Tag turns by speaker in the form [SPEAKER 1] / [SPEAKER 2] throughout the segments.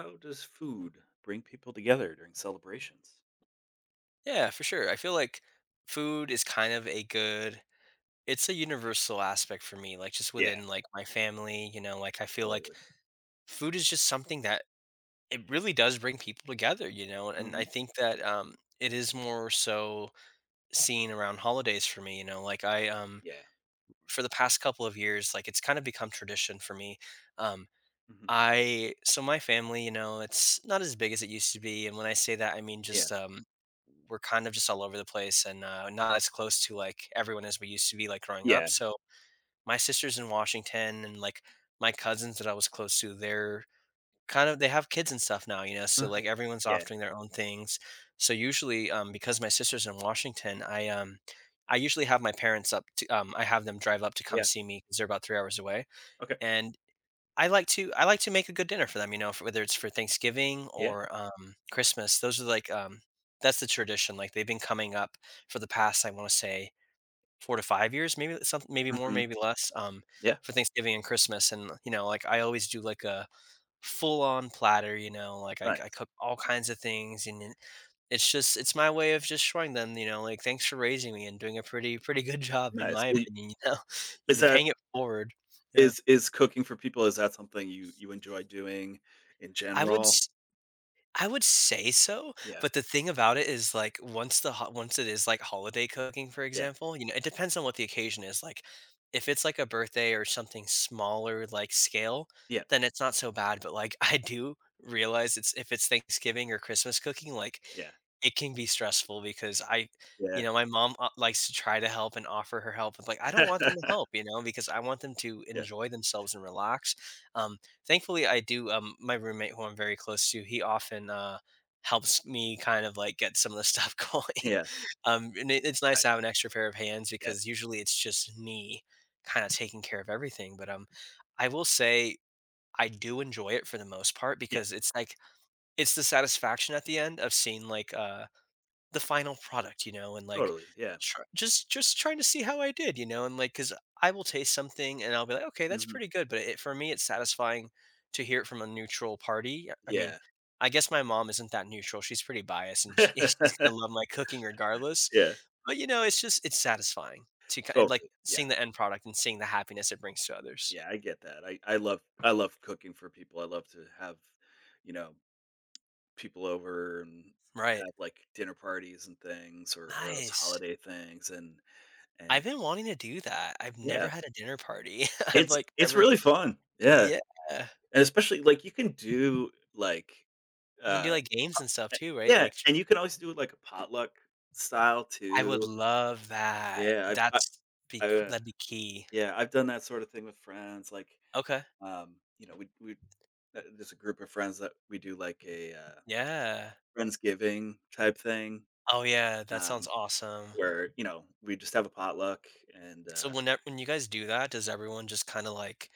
[SPEAKER 1] How does food bring people together during celebrations?
[SPEAKER 2] Yeah, for sure. I feel like food is kind of a good, it's a universal aspect for me, like just
[SPEAKER 1] Yeah,
[SPEAKER 2] within like my family, you know, like I feel like
[SPEAKER 1] totally.
[SPEAKER 2] food is just something that it really does bring people together, you know, and
[SPEAKER 1] Mhm.
[SPEAKER 2] I think that it is more so seen around holidays for me, you know, like I,
[SPEAKER 1] Yeah.
[SPEAKER 2] for the past couple of years, like it's kind of become tradition for me. Um
[SPEAKER 1] Mhm.
[SPEAKER 2] I so my family, you know, it's not as big as it used to be, and when I say that, I mean
[SPEAKER 1] Yeah.
[SPEAKER 2] just we're kind of just all over the place and not as close to like everyone as we used to be like growing up.
[SPEAKER 1] Yeah.
[SPEAKER 2] So my sister's in Washington, and like my cousins that I was close to, they're kind of, they have kids and stuff now, you know.
[SPEAKER 1] uh
[SPEAKER 2] So like everyone's
[SPEAKER 1] Yeah.
[SPEAKER 2] off doing their own things. So usually, because my sister's in Washington, I usually have my parents up to, I have them drive up to come
[SPEAKER 1] Yeah.
[SPEAKER 2] see me because they're about 3 hours away.
[SPEAKER 1] Okay.
[SPEAKER 2] And I like to make a good dinner for them, you know, for whether it's for Thanksgiving
[SPEAKER 1] Yeah.
[SPEAKER 2] or, Christmas. Those are, like, that's the tradition, like, they've been coming up for the past, I wanna say, 4 to 5 years, maybe some maybe more,
[SPEAKER 1] Mhm.
[SPEAKER 2] maybe less,
[SPEAKER 1] Yeah.
[SPEAKER 2] for Thanksgiving and Christmas, and, you know, like, I always do, like, a full-on platter, you know, like, I
[SPEAKER 1] Nice.
[SPEAKER 2] I cook all kinds of things, and then it's just, it's my way of just showing them, you know, like, "Thanks for raising me and doing a pretty good job, in
[SPEAKER 1] Nice.
[SPEAKER 2] my
[SPEAKER 1] I
[SPEAKER 2] opinion," you know? You
[SPEAKER 1] is
[SPEAKER 2] know,
[SPEAKER 1] that
[SPEAKER 2] paying it forward. Yeah.
[SPEAKER 1] is cooking for people, is that something you enjoy doing in
[SPEAKER 2] I would
[SPEAKER 1] general?
[SPEAKER 2] I would say so,
[SPEAKER 1] Yeah.
[SPEAKER 2] but the thing about it is, like, once the ho once it is, like, holiday cooking, for
[SPEAKER 1] Yeah.
[SPEAKER 2] example, you know, it depends on what the occasion is, like, if it's, like, a birthday or something smaller, like, scale,
[SPEAKER 1] Yeah.
[SPEAKER 2] then it's not so bad, but, like, I do realize it's if it's Thanksgiving or Christmas cooking, like,
[SPEAKER 1] Yeah.
[SPEAKER 2] it can be stressful because I
[SPEAKER 1] Yeah.
[SPEAKER 2] you know, my mom, likes to try to help and offer her help, but, like, I don't want them to help, you know, because I want them to
[SPEAKER 1] Yeah.
[SPEAKER 2] enjoy themselves and relax, um, Thankfully, I do. My roommate, who I'm very close to, he often helps me kind of like get some of the stuff going.
[SPEAKER 1] Yeah.
[SPEAKER 2] And it's nice
[SPEAKER 1] Nice.
[SPEAKER 2] to have an extra pair of hands
[SPEAKER 1] Yeah.
[SPEAKER 2] because usually it's just me kind of taking care of everything. But I will say I do enjoy it for the most part
[SPEAKER 1] Yeah.
[SPEAKER 2] because it's like it's the satisfaction at the end of seeing like the final product, you know, and like
[SPEAKER 1] Totally. Yeah.
[SPEAKER 2] just trying to see how I did, you know, and like because I will taste something and I'll be like, okay, that's
[SPEAKER 1] Mhm.
[SPEAKER 2] pretty good, but it, for me, it's satisfying to hear it from a neutral party. I mean,
[SPEAKER 1] Yeah.
[SPEAKER 2] I guess my mom isn't that neutral; she's pretty biased, and she's gonna love my cooking regardless.
[SPEAKER 1] Yeah.
[SPEAKER 2] But you know, it's just, it's satisfying to kind of like
[SPEAKER 1] Totally. Yeah.
[SPEAKER 2] seeing the end product and seeing the happiness it brings to others.
[SPEAKER 1] Yeah, I get that. I love cooking for people. I love to have, you know, people over and
[SPEAKER 2] Right.
[SPEAKER 1] have like dinner parties and things or those
[SPEAKER 2] Nice.
[SPEAKER 1] holiday things and
[SPEAKER 2] I've been wanting to do that. I've never
[SPEAKER 1] yeah,
[SPEAKER 2] had a dinner party. I've
[SPEAKER 1] it's
[SPEAKER 2] like
[SPEAKER 1] it's
[SPEAKER 2] never.
[SPEAKER 1] really fun. Yeah.
[SPEAKER 2] Yeah.
[SPEAKER 1] And especially like you can do like
[SPEAKER 2] You can do,
[SPEAKER 1] uh
[SPEAKER 2] like, games and stuff
[SPEAKER 1] a-
[SPEAKER 2] too, right?
[SPEAKER 1] yeah,
[SPEAKER 2] Like,
[SPEAKER 1] and you can always do it like a potluck style
[SPEAKER 2] I would
[SPEAKER 1] too.
[SPEAKER 2] love that.
[SPEAKER 1] Yeah, I've
[SPEAKER 2] Be
[SPEAKER 1] I
[SPEAKER 2] that'd be key.
[SPEAKER 1] yeah, I've done that sort of thing with friends like
[SPEAKER 2] Okay.
[SPEAKER 1] we there's a group of friends that we do like a
[SPEAKER 2] Yeah.
[SPEAKER 1] Friendsgiving type thing,
[SPEAKER 2] Oh, yeah, that sounds
[SPEAKER 1] um,
[SPEAKER 2] awesome.
[SPEAKER 1] where, we just have a potluck and,
[SPEAKER 2] So
[SPEAKER 1] uh,
[SPEAKER 2] when you guys do that, does everyone just kinda, like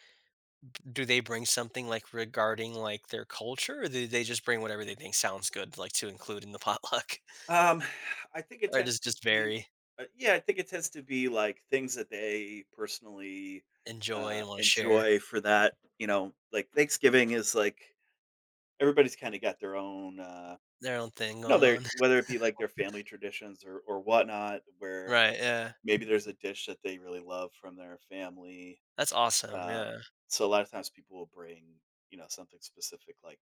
[SPEAKER 2] do they bring something, like, regarding, like, their culture, or do they just bring whatever they think sounds good, like, to include in the potluck?
[SPEAKER 1] um, I think it
[SPEAKER 2] Or does
[SPEAKER 1] tends
[SPEAKER 2] it
[SPEAKER 1] to
[SPEAKER 2] just
[SPEAKER 1] be,
[SPEAKER 2] vary,
[SPEAKER 1] yeah, I think it tends to be, like, things that they personally,
[SPEAKER 2] enjoy, and wanna share
[SPEAKER 1] enjoy for that, like, Thanksgiving is, like, everybody's kinda got their own,
[SPEAKER 2] their own thing
[SPEAKER 1] no,
[SPEAKER 2] going
[SPEAKER 1] their
[SPEAKER 2] on?
[SPEAKER 1] whether it be, like, their family traditions or whatnot, where
[SPEAKER 2] Right, yeah.
[SPEAKER 1] maybe there's a dish that they really love from their family.
[SPEAKER 2] That's awesome,
[SPEAKER 1] Um,
[SPEAKER 2] yeah.
[SPEAKER 1] so a lot of times people will bring something specific like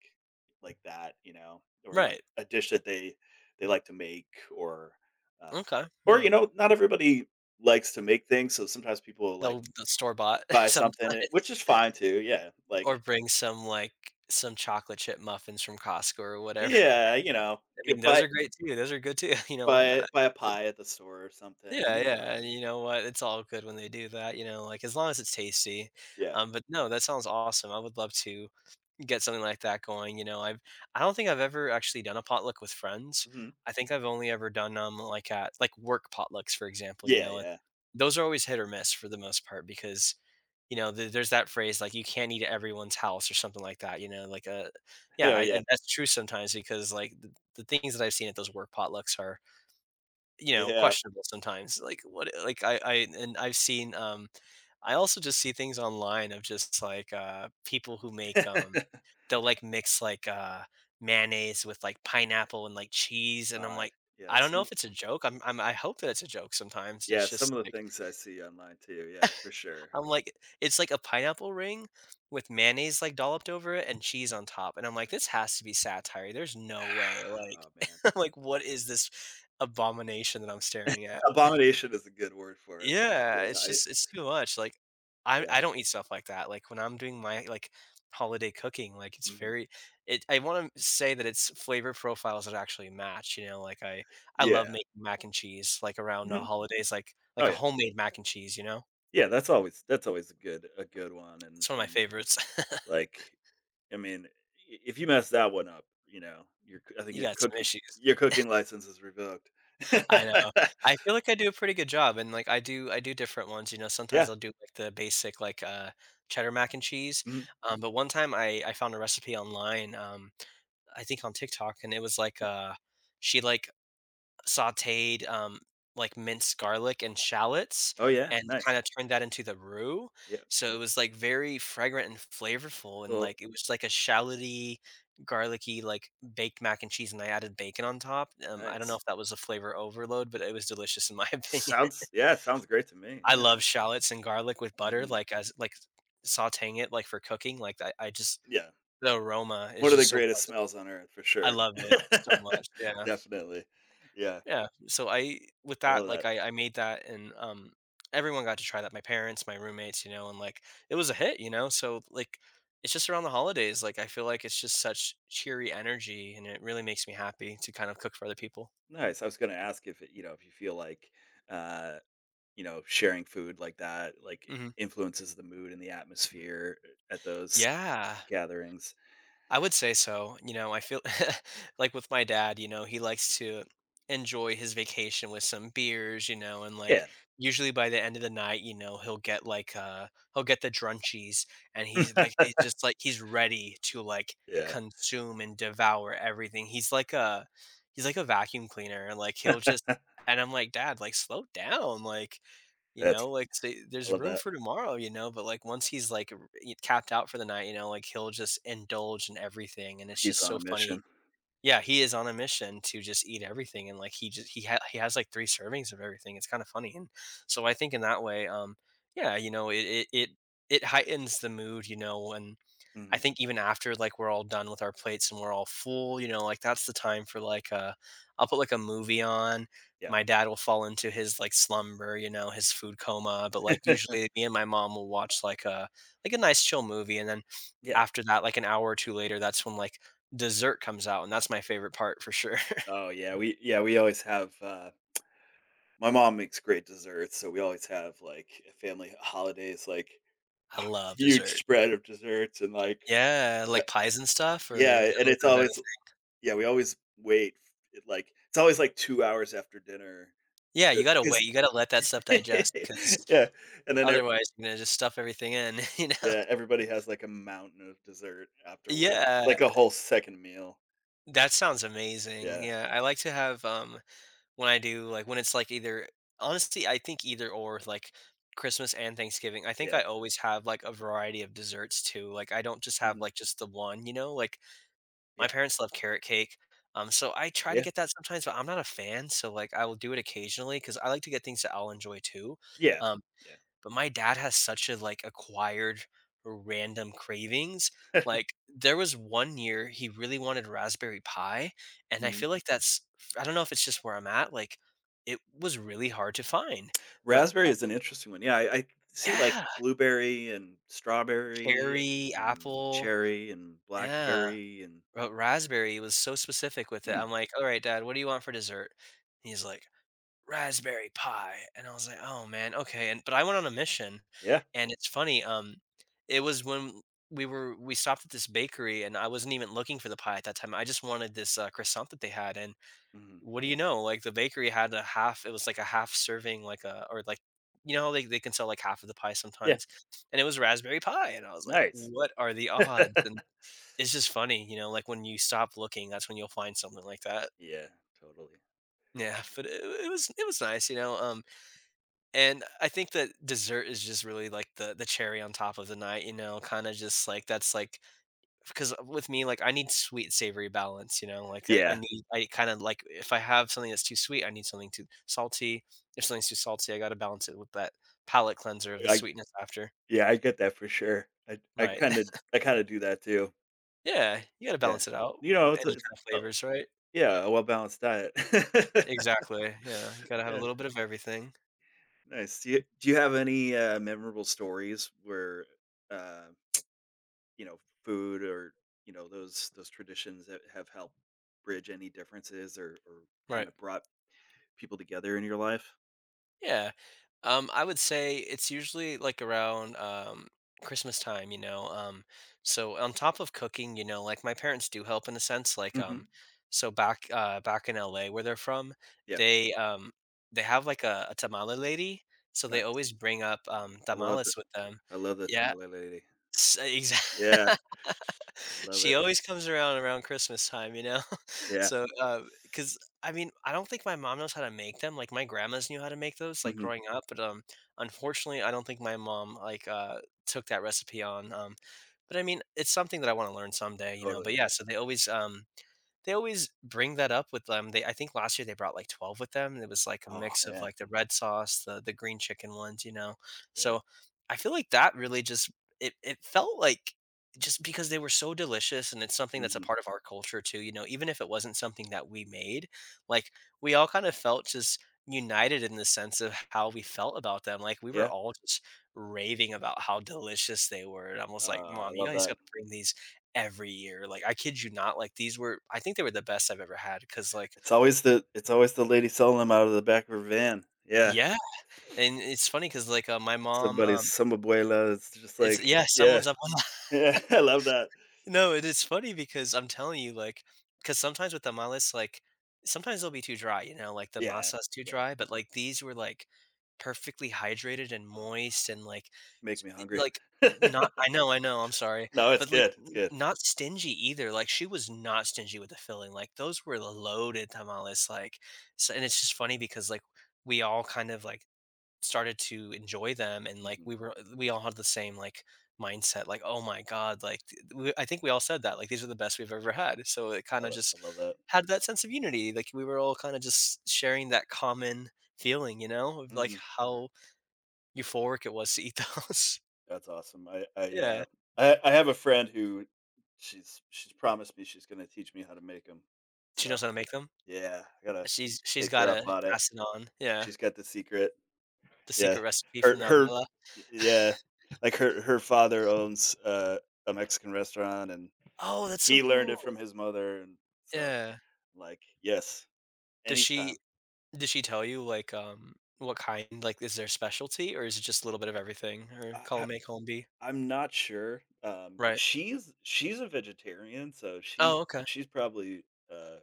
[SPEAKER 1] like that, or like
[SPEAKER 2] Right.
[SPEAKER 1] a dish that they like to make, or um,
[SPEAKER 2] Okay,
[SPEAKER 1] or
[SPEAKER 2] yeah.
[SPEAKER 1] not everybody likes to make things, so sometimes people will like
[SPEAKER 2] They'll store-bought
[SPEAKER 1] buy
[SPEAKER 2] sometimes.
[SPEAKER 1] something, which is fine too. Yeah,
[SPEAKER 2] Or
[SPEAKER 1] like,
[SPEAKER 2] bring some, like, some chocolate chip muffins from Costco or whatever.
[SPEAKER 1] yeah,
[SPEAKER 2] I mean,
[SPEAKER 1] get
[SPEAKER 2] those
[SPEAKER 1] buy
[SPEAKER 2] are great too, those are good too, you know, why
[SPEAKER 1] buy
[SPEAKER 2] not?
[SPEAKER 1] buy a pie at the store or something,
[SPEAKER 2] Yeah,
[SPEAKER 1] you
[SPEAKER 2] yeah,
[SPEAKER 1] know.
[SPEAKER 2] and you know what, it's all good when they do that, you know, like, as long as it's tasty,
[SPEAKER 1] Yeah,
[SPEAKER 2] but no, that sounds awesome, I would love to get something like that going, you know, I don't think I've ever actually done a potluck with friends.
[SPEAKER 1] hmm,
[SPEAKER 2] I think I've only ever done 'em, like, at like, work potlucks, for example, you
[SPEAKER 1] yeah,
[SPEAKER 2] know, and
[SPEAKER 1] yeah.
[SPEAKER 2] those are always hit or miss for the most part because you know, there's that phrase, like, "You can't eat at everyone's house," or something like that, you know, like, yeah,
[SPEAKER 1] Oh,
[SPEAKER 2] I
[SPEAKER 1] yeah,
[SPEAKER 2] I that's true sometimes because, like, the things that I've seen at those work potlucks are, you know,
[SPEAKER 1] yeah.
[SPEAKER 2] questionable sometimes, like, what like, I and I've seen, I also just see things online of just, like, people who make, they'll, like, mix, like, mayonnaise with, like, pineapple and, like, cheese, and I'm
[SPEAKER 1] God,
[SPEAKER 2] like,
[SPEAKER 1] yeah,
[SPEAKER 2] I don't know
[SPEAKER 1] some
[SPEAKER 2] if it's a joke, I'm I hope that it's a joke sometimes, and it's
[SPEAKER 1] yeah, some
[SPEAKER 2] just
[SPEAKER 1] of the
[SPEAKER 2] like
[SPEAKER 1] things I see online too. Yeah, for sure.
[SPEAKER 2] I'm like it's like a pineapple ring with mayonnaise, like, dolloped over it and cheese on top, and I'm like, "This has to be satire. There's no way," like
[SPEAKER 1] Oh, man.
[SPEAKER 2] I'm like, "What is this abomination that I'm staring at?"
[SPEAKER 1] Abomination is a good word for it.
[SPEAKER 2] Yeah,
[SPEAKER 1] Yeah,
[SPEAKER 2] it's
[SPEAKER 1] I
[SPEAKER 2] just it's too much, like, I
[SPEAKER 1] yeah,
[SPEAKER 2] I don't eat stuff like that, like, when I'm doing my, like, holiday cooking, like, it's
[SPEAKER 1] mhm.
[SPEAKER 2] very it I wanna say that it's flavor profiles that actually match, you know, like, I love
[SPEAKER 1] Yeah.
[SPEAKER 2] making mac and cheese, like, around the
[SPEAKER 1] Mhm.
[SPEAKER 2] holidays, like
[SPEAKER 1] Oh,
[SPEAKER 2] like a
[SPEAKER 1] yeah.
[SPEAKER 2] homemade mac and cheese, you know?
[SPEAKER 1] Yeah, that's always a good one, and
[SPEAKER 2] It's one of my
[SPEAKER 1] and,
[SPEAKER 2] favorites.
[SPEAKER 1] like, I mean, I if you mess that one up, you're I think
[SPEAKER 2] You
[SPEAKER 1] your
[SPEAKER 2] got some
[SPEAKER 1] cooking
[SPEAKER 2] issues.
[SPEAKER 1] your cooking license is revoked.
[SPEAKER 2] I know. I feel like I do a pretty good job, and, like, I do different ones, you know, sometimes
[SPEAKER 1] Yeah.
[SPEAKER 2] I'll do, like, the basic, like, cheddar mac and cheese,
[SPEAKER 1] Mhm.
[SPEAKER 2] but one time I found a recipe online, I think on TikTok, and it was like,
[SPEAKER 1] Yeah.
[SPEAKER 2] she, like sautéed, like, minced garlic and shallots
[SPEAKER 1] Oh, yeah,
[SPEAKER 2] and
[SPEAKER 1] nice.
[SPEAKER 2] kinda turned that into the roux,
[SPEAKER 1] Yeah.
[SPEAKER 2] so it was, like, very fragrant and flavorful and,
[SPEAKER 1] Well,
[SPEAKER 2] like, it was like a shalloty, garlicky, like, baked mac and cheese, and I added bacon on top, I don't know
[SPEAKER 1] nice.
[SPEAKER 2] if that was a flavor overload, but it was delicious in my opinion.
[SPEAKER 1] Sounds Yeah, sounds great to me,
[SPEAKER 2] I
[SPEAKER 1] yeah.
[SPEAKER 2] love shallots and garlic with butter,
[SPEAKER 1] Mhm.
[SPEAKER 2] like, as like, sautéing it, like, for cooking, like, I just
[SPEAKER 1] Yeah.
[SPEAKER 2] the aroma is
[SPEAKER 1] One of the
[SPEAKER 2] just so
[SPEAKER 1] greatest
[SPEAKER 2] pleasant.
[SPEAKER 1] smells on earth for
[SPEAKER 2] I
[SPEAKER 1] sure.
[SPEAKER 2] love it so much, yeah.
[SPEAKER 1] Definitely. Yeah,
[SPEAKER 2] Yeah, so I with
[SPEAKER 1] I love
[SPEAKER 2] that, like,
[SPEAKER 1] that.
[SPEAKER 2] I made that and, everyone got to try that, my parents, my roommates, you know, and, like, it was a hit, you know, so, like, it's just around the holidays, like, I feel like it's just such cheery energy, and it really makes me happy to kind of cook for other people.
[SPEAKER 1] Nice. I was gonna ask if it if you feel like, uh, sharing food like that, like,
[SPEAKER 2] Mhm.
[SPEAKER 1] influences the mood and the atmosphere at those
[SPEAKER 2] Yeah.
[SPEAKER 1] gatherings.
[SPEAKER 2] I would say so. You know, I feel like with my dad, you know, he likes to enjoy his vacation with some beers, you know, and like
[SPEAKER 1] Yeah.
[SPEAKER 2] usually by the end of the night, you know, he'll get like he'll get the drunchies and he's like it's just like he's ready to like
[SPEAKER 1] Yeah.
[SPEAKER 2] consume and devour everything. He's like a vacuum cleaner and like he'll just and I'm like, "Dad, like slow down." Like you
[SPEAKER 1] That's
[SPEAKER 2] know, like, say
[SPEAKER 1] I
[SPEAKER 2] there's
[SPEAKER 1] love
[SPEAKER 2] room
[SPEAKER 1] that.
[SPEAKER 2] for tomorrow, you know, but, like, once he's, like, r e capped out for the night, you know, like, he'll just indulge in everything, and it's
[SPEAKER 1] He's
[SPEAKER 2] just
[SPEAKER 1] on a
[SPEAKER 2] so funny.
[SPEAKER 1] mission.
[SPEAKER 2] Yeah, he is on a mission to just eat everything, and, like, he just he ha he has, like, 3 servings of everything, it's kinda funny, and so I think in that way, yeah, you know, it heightens the mood, you know, when I
[SPEAKER 1] Mhm.
[SPEAKER 2] think even after like we're all done with our plates and we're all full, you know, like that's the time for like I'll put like a movie on.
[SPEAKER 1] Yep.
[SPEAKER 2] My dad will fall into his like slumber, you know, his food coma. But like usually me and my mom will watch like a nice chill movie and then
[SPEAKER 1] Yeah.
[SPEAKER 2] after that, like an hour or two later, that's when like dessert comes out and that's my favorite part for sure.
[SPEAKER 1] Oh, yeah, we always have. My mom makes great desserts, so we always have, like, at family holidays, like, a
[SPEAKER 2] I love
[SPEAKER 1] huge
[SPEAKER 2] dessert.
[SPEAKER 1] spread of desserts and, like,
[SPEAKER 2] Yeah, like
[SPEAKER 1] but
[SPEAKER 2] pies and stuff or
[SPEAKER 1] yeah,
[SPEAKER 2] just a
[SPEAKER 1] and
[SPEAKER 2] little
[SPEAKER 1] it's
[SPEAKER 2] bit of
[SPEAKER 1] always
[SPEAKER 2] everything.
[SPEAKER 1] yeah, we always wait, like it's always, like, 2 hours after dinner
[SPEAKER 2] Yeah, you
[SPEAKER 1] that
[SPEAKER 2] gotta wait,
[SPEAKER 1] 'cause
[SPEAKER 2] you gotta let that stuff digest because
[SPEAKER 1] yeah, and then ev
[SPEAKER 2] otherwise you're gonna just stuff everything in, you know.
[SPEAKER 1] yeah, everybody has, like, a mountain of dessert afterward, like
[SPEAKER 2] Yeah,
[SPEAKER 1] a whole 2nd meal.
[SPEAKER 2] that sounds amazing.
[SPEAKER 1] Yeah,
[SPEAKER 2] Yeah, I like to have, when I do, like, when it's like either honestly, I think either or with, like Christmas and Thanksgiving, I think
[SPEAKER 1] yeah,
[SPEAKER 2] I always have like a variety of desserts too. Like, I don't just have
[SPEAKER 1] mhm,
[SPEAKER 2] like just the one, you know? Like, my
[SPEAKER 1] yeah,
[SPEAKER 2] parents love carrot cake. So I try to
[SPEAKER 1] yeah,
[SPEAKER 2] get that sometimes, but I'm not a fan. So like I will do it occasionally because I like to get things that I'll enjoy too.
[SPEAKER 1] yeah,
[SPEAKER 2] Um,
[SPEAKER 1] yeah,
[SPEAKER 2] but my dad has such a like acquired random cravings. Like there was 1 year he really wanted raspberry pie, and I
[SPEAKER 1] mhm.
[SPEAKER 2] feel like that's I don't know if it's just where I'm at. Like it was really hard to find, but
[SPEAKER 1] Raspberry is an interesting one. Yeah, I see, like,
[SPEAKER 2] yeah,
[SPEAKER 1] blueberry and strawberry
[SPEAKER 2] cherry,
[SPEAKER 1] and
[SPEAKER 2] apple,
[SPEAKER 1] cherry and
[SPEAKER 2] yeah.
[SPEAKER 1] blackberry and
[SPEAKER 2] But raspberry was so specific with it.
[SPEAKER 1] hmm,
[SPEAKER 2] I'm like, all right, dad, what do you want for dessert? And he's like, raspberry pie. And I was like, oh man, okay. And but I went on a mission,
[SPEAKER 1] yeah,
[SPEAKER 2] and it's funny, it was when we stopped at this bakery, and I wasn't even looking for the pie at that time. I just wanted this croissant that they had. And
[SPEAKER 1] mhm.
[SPEAKER 2] what do you know, like the bakery had a half, it was like a half serving, like a, or like you know how they can sell like half of the pie
[SPEAKER 1] Yeah,
[SPEAKER 2] sometimes, and it was raspberry pie, and I was like,
[SPEAKER 1] nice.
[SPEAKER 2] what are the odds? And it's just funny, you know, like when you stop looking, that's when you'll find something like that.
[SPEAKER 1] Yeah, totally.
[SPEAKER 2] Yeah, but it was, it was nice, you know. And I think that dessert is just really like the cherry on top of the night, you know, kinda just like that's like because with me, like I need sweet savory balance, you know, like I
[SPEAKER 1] Yeah,
[SPEAKER 2] need, I kind of like if I have something that's too sweet, I need something too salty. If something's too salty, I gotta balance it with that palate cleanser of the
[SPEAKER 1] I
[SPEAKER 2] sweetness after.
[SPEAKER 1] yeah, I get that for sure. I I
[SPEAKER 2] Right.
[SPEAKER 1] kinda I kinda do that too.
[SPEAKER 2] Yeah, you gotta
[SPEAKER 1] Yeah.
[SPEAKER 2] balance it out
[SPEAKER 1] You
[SPEAKER 2] with
[SPEAKER 1] know,
[SPEAKER 2] any
[SPEAKER 1] it's a it's
[SPEAKER 2] kind of
[SPEAKER 1] oh,
[SPEAKER 2] flavors, right?
[SPEAKER 1] yeah, a well-balanced diet.
[SPEAKER 2] Exactly. Yeah, you gotta have a
[SPEAKER 1] Yeah,
[SPEAKER 2] little bit of everything.
[SPEAKER 1] nice. Do you have any, memorable stories where, uh you know, food or, those traditions that have helped bridge any differences or kind
[SPEAKER 2] Right.
[SPEAKER 1] of brought people together in your life?
[SPEAKER 2] Yeah. I would say it's usually like around Christmas time, you know. So on top of cooking, you know, like my parents do help in a sense. Like, um,
[SPEAKER 1] Mhm.
[SPEAKER 2] so back back in LA where they're from,
[SPEAKER 1] Yeah,
[SPEAKER 2] they um, they have like a tamale lady, so they
[SPEAKER 1] nice.
[SPEAKER 2] always bring up
[SPEAKER 1] Um, I love the
[SPEAKER 2] tamales with them.
[SPEAKER 1] I love the
[SPEAKER 2] Yeah,
[SPEAKER 1] tamale lady.
[SPEAKER 2] exactly.
[SPEAKER 1] Yeah, love
[SPEAKER 2] she
[SPEAKER 1] it.
[SPEAKER 2] always comes around around Christmas time, you know.
[SPEAKER 1] Yeah.
[SPEAKER 2] So, because I mean, I don't think my mom knows how to make them. Like my grandmas knew how to make those, like
[SPEAKER 1] Mhm,
[SPEAKER 2] growing up, but unfortunately, I don't think my mom took that recipe on. But I mean, it's something that I want to learn someday, you know.
[SPEAKER 1] totally.
[SPEAKER 2] But yeah, so they always bring that up with them. They, I think last year they brought like 12 with them. It was like a
[SPEAKER 1] Oh,
[SPEAKER 2] mix of
[SPEAKER 1] man.
[SPEAKER 2] like the red sauce, the green chicken ones, you know?
[SPEAKER 1] Yeah.
[SPEAKER 2] So, I feel like that really just it felt like just because they were so delicious, and it's something that's a
[SPEAKER 1] Mhm.
[SPEAKER 2] part of our culture too, you know, even if it wasn't something that we made, like we all kind of felt just united in the sense of how we felt about them. Like we were
[SPEAKER 1] Yeah.
[SPEAKER 2] all just raving about how delicious they were. And I was like,
[SPEAKER 1] I
[SPEAKER 2] Mom, you
[SPEAKER 1] love
[SPEAKER 2] guys
[SPEAKER 1] that.
[SPEAKER 2] gotta bring these every year. Like, I kid you not, like these were, I think they were the best I've ever had. Cause like,
[SPEAKER 1] It's always the lady selling them out of the back of her van. Yeah.
[SPEAKER 2] yeah. And it's funny because like, my mom,
[SPEAKER 1] Some abuela. It's just
[SPEAKER 2] it's
[SPEAKER 1] like,
[SPEAKER 2] yeah,
[SPEAKER 1] yeah.
[SPEAKER 2] someone's up on.
[SPEAKER 1] Yeah, I love that.
[SPEAKER 2] No, it is funny because I'm telling you, like, because sometimes with tamales, like, sometimes they'll be too dry, you know, like the
[SPEAKER 1] Yeah.
[SPEAKER 2] masa's too
[SPEAKER 1] Yeah.
[SPEAKER 2] dry, but like these were like perfectly hydrated and
[SPEAKER 1] Oh.
[SPEAKER 2] moist and like,
[SPEAKER 1] Make me hungry.
[SPEAKER 2] like not, I know, I'm sorry,
[SPEAKER 1] No, it's
[SPEAKER 2] but like
[SPEAKER 1] good, it's good.
[SPEAKER 2] not stingy either. Like, she was not stingy with the filling. Like, those were loaded tamales. Like, so, and it's just funny because like we all kind of like, started to enjoy them. And like
[SPEAKER 1] Mhm.
[SPEAKER 2] we all had the same like mindset, like oh my god, like we, I think we all said that like these are the best we've ever had. So it kind
[SPEAKER 1] I
[SPEAKER 2] of
[SPEAKER 1] lo I
[SPEAKER 2] just
[SPEAKER 1] love that.
[SPEAKER 2] had that sense of unity, like we were all kind of just sharing that common feeling, you know, of like
[SPEAKER 1] Mhm.
[SPEAKER 2] how euphoric it was to eat those.
[SPEAKER 1] That's awesome. I I, uh,
[SPEAKER 2] yeah,
[SPEAKER 1] I I have a friend who she's promised me she's gonna teach me how to make them.
[SPEAKER 2] she
[SPEAKER 1] So,
[SPEAKER 2] knows how to make them.
[SPEAKER 1] yeah, I gotta
[SPEAKER 2] She's
[SPEAKER 1] take
[SPEAKER 2] got
[SPEAKER 1] her up
[SPEAKER 2] to
[SPEAKER 1] on it.
[SPEAKER 2] pass it on. Yeah,
[SPEAKER 1] She's got the secret.
[SPEAKER 2] the
[SPEAKER 1] Yeah.
[SPEAKER 2] secret recipe from
[SPEAKER 1] Her
[SPEAKER 2] the
[SPEAKER 1] her
[SPEAKER 2] abuela.
[SPEAKER 1] yeah. Like, her father owns, a Mexican restaurant, and
[SPEAKER 2] Oh, that's so
[SPEAKER 1] he learned it
[SPEAKER 2] cool.
[SPEAKER 1] from his mother, and so,
[SPEAKER 2] Yeah,
[SPEAKER 1] like, yes,
[SPEAKER 2] does
[SPEAKER 1] anytime.
[SPEAKER 2] she, did she tell you, like, what kind? Like, is there specialty, or is it just a little bit of everything, or
[SPEAKER 1] I
[SPEAKER 2] column A, column B?
[SPEAKER 1] I'm not sure.
[SPEAKER 2] Right.
[SPEAKER 1] She's a vegetarian, so
[SPEAKER 2] Oh,
[SPEAKER 1] she's
[SPEAKER 2] okay.
[SPEAKER 1] she's probably uh,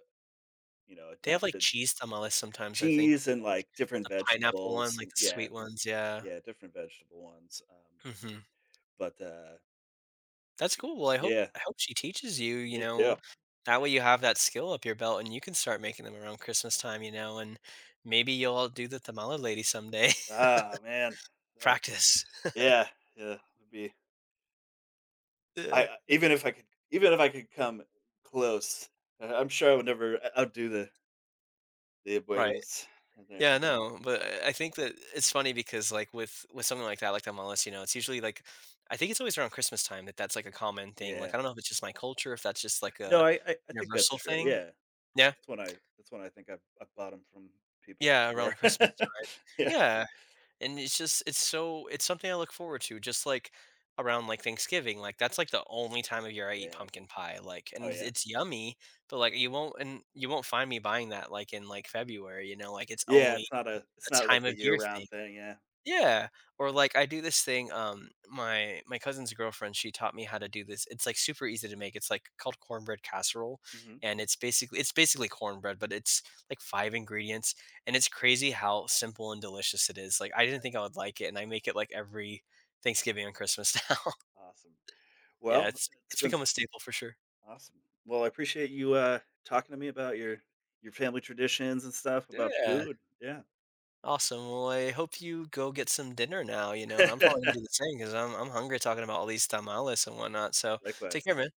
[SPEAKER 2] They have, like,
[SPEAKER 1] adapted
[SPEAKER 2] cheese tamales sometimes, I think.
[SPEAKER 1] cheese and like different
[SPEAKER 2] The pineapple one,
[SPEAKER 1] vegetables
[SPEAKER 2] like,
[SPEAKER 1] and
[SPEAKER 2] the
[SPEAKER 1] yeah,
[SPEAKER 2] sweet ones, yeah.
[SPEAKER 1] yeah, different vegetable ones.
[SPEAKER 2] Mhm.
[SPEAKER 1] But
[SPEAKER 2] That's cool. Well,
[SPEAKER 1] yeah,
[SPEAKER 2] I hope she teaches you, you
[SPEAKER 1] me
[SPEAKER 2] know,
[SPEAKER 1] too.
[SPEAKER 2] that way you have that skill up your belt and you can start making them around Christmas time, you know, and maybe you'll all do the tamale lady someday.
[SPEAKER 1] Ah, man. Uh,
[SPEAKER 2] Practice.
[SPEAKER 1] yeah, yeah. Would be.
[SPEAKER 2] Yeah.
[SPEAKER 1] I I- even if I could even if I could come close, I'm sure I would never outdo the
[SPEAKER 2] Right.
[SPEAKER 1] abuelas. and their-
[SPEAKER 2] Yeah, no, but I think that it's funny because like with something like that, like the MLS, you know, it's usually like I think it's always around Christmas time that that's like a common thing.
[SPEAKER 1] Yeah.
[SPEAKER 2] Like I don't know if it's just my culture, if that's just like
[SPEAKER 1] No,
[SPEAKER 2] a
[SPEAKER 1] I think that's
[SPEAKER 2] universal
[SPEAKER 1] true.
[SPEAKER 2] thing.
[SPEAKER 1] Yeah.
[SPEAKER 2] Yeah,
[SPEAKER 1] That's when I think I've bought them from people
[SPEAKER 2] yeah, around
[SPEAKER 1] before.
[SPEAKER 2] Christmas time.
[SPEAKER 1] Yeah,
[SPEAKER 2] Yeah, and it's just it's so it's something I look forward to. Just like around like Thanksgiving, like that's like the only time of year I eat
[SPEAKER 1] yeah.
[SPEAKER 2] pumpkin pie. Like,
[SPEAKER 1] Oh,
[SPEAKER 2] and
[SPEAKER 1] yeah.
[SPEAKER 2] it's yummy, but like you won't, and you won't find me buying that like in like February. You know, like it's
[SPEAKER 1] Yeah,
[SPEAKER 2] only
[SPEAKER 1] it's
[SPEAKER 2] a
[SPEAKER 1] not like
[SPEAKER 2] time
[SPEAKER 1] a
[SPEAKER 2] of year
[SPEAKER 1] year-round
[SPEAKER 2] thing.
[SPEAKER 1] thing, yeah.
[SPEAKER 2] Yeah, or like I do this thing, my cousin's girlfriend, she taught me how to do this. It's like super easy to make. It's like called cornbread casserole,
[SPEAKER 1] Mhm.
[SPEAKER 2] and it's basically, it's basically cornbread, but it's like 5 ingredients, and it's crazy how simple and delicious it is. Like I didn't think I
[SPEAKER 1] Nice.
[SPEAKER 2] would like it, and I make it like every Thanksgiving and Christmas now.
[SPEAKER 1] Awesome.
[SPEAKER 2] Yeah,
[SPEAKER 1] Well, it's
[SPEAKER 2] it's
[SPEAKER 1] been
[SPEAKER 2] become a staple for sure.
[SPEAKER 1] awesome. Well, I appreciate you, talking to me about your family traditions and stuff, about
[SPEAKER 2] Yeah,
[SPEAKER 1] food. Yeah.
[SPEAKER 2] awesome. Well, I hope you go get some dinner now, you know, and I'm probably gonna do the same because I'm hungry talking about all these tamales and whatnot. So take care,
[SPEAKER 1] Likewise.
[SPEAKER 2] man.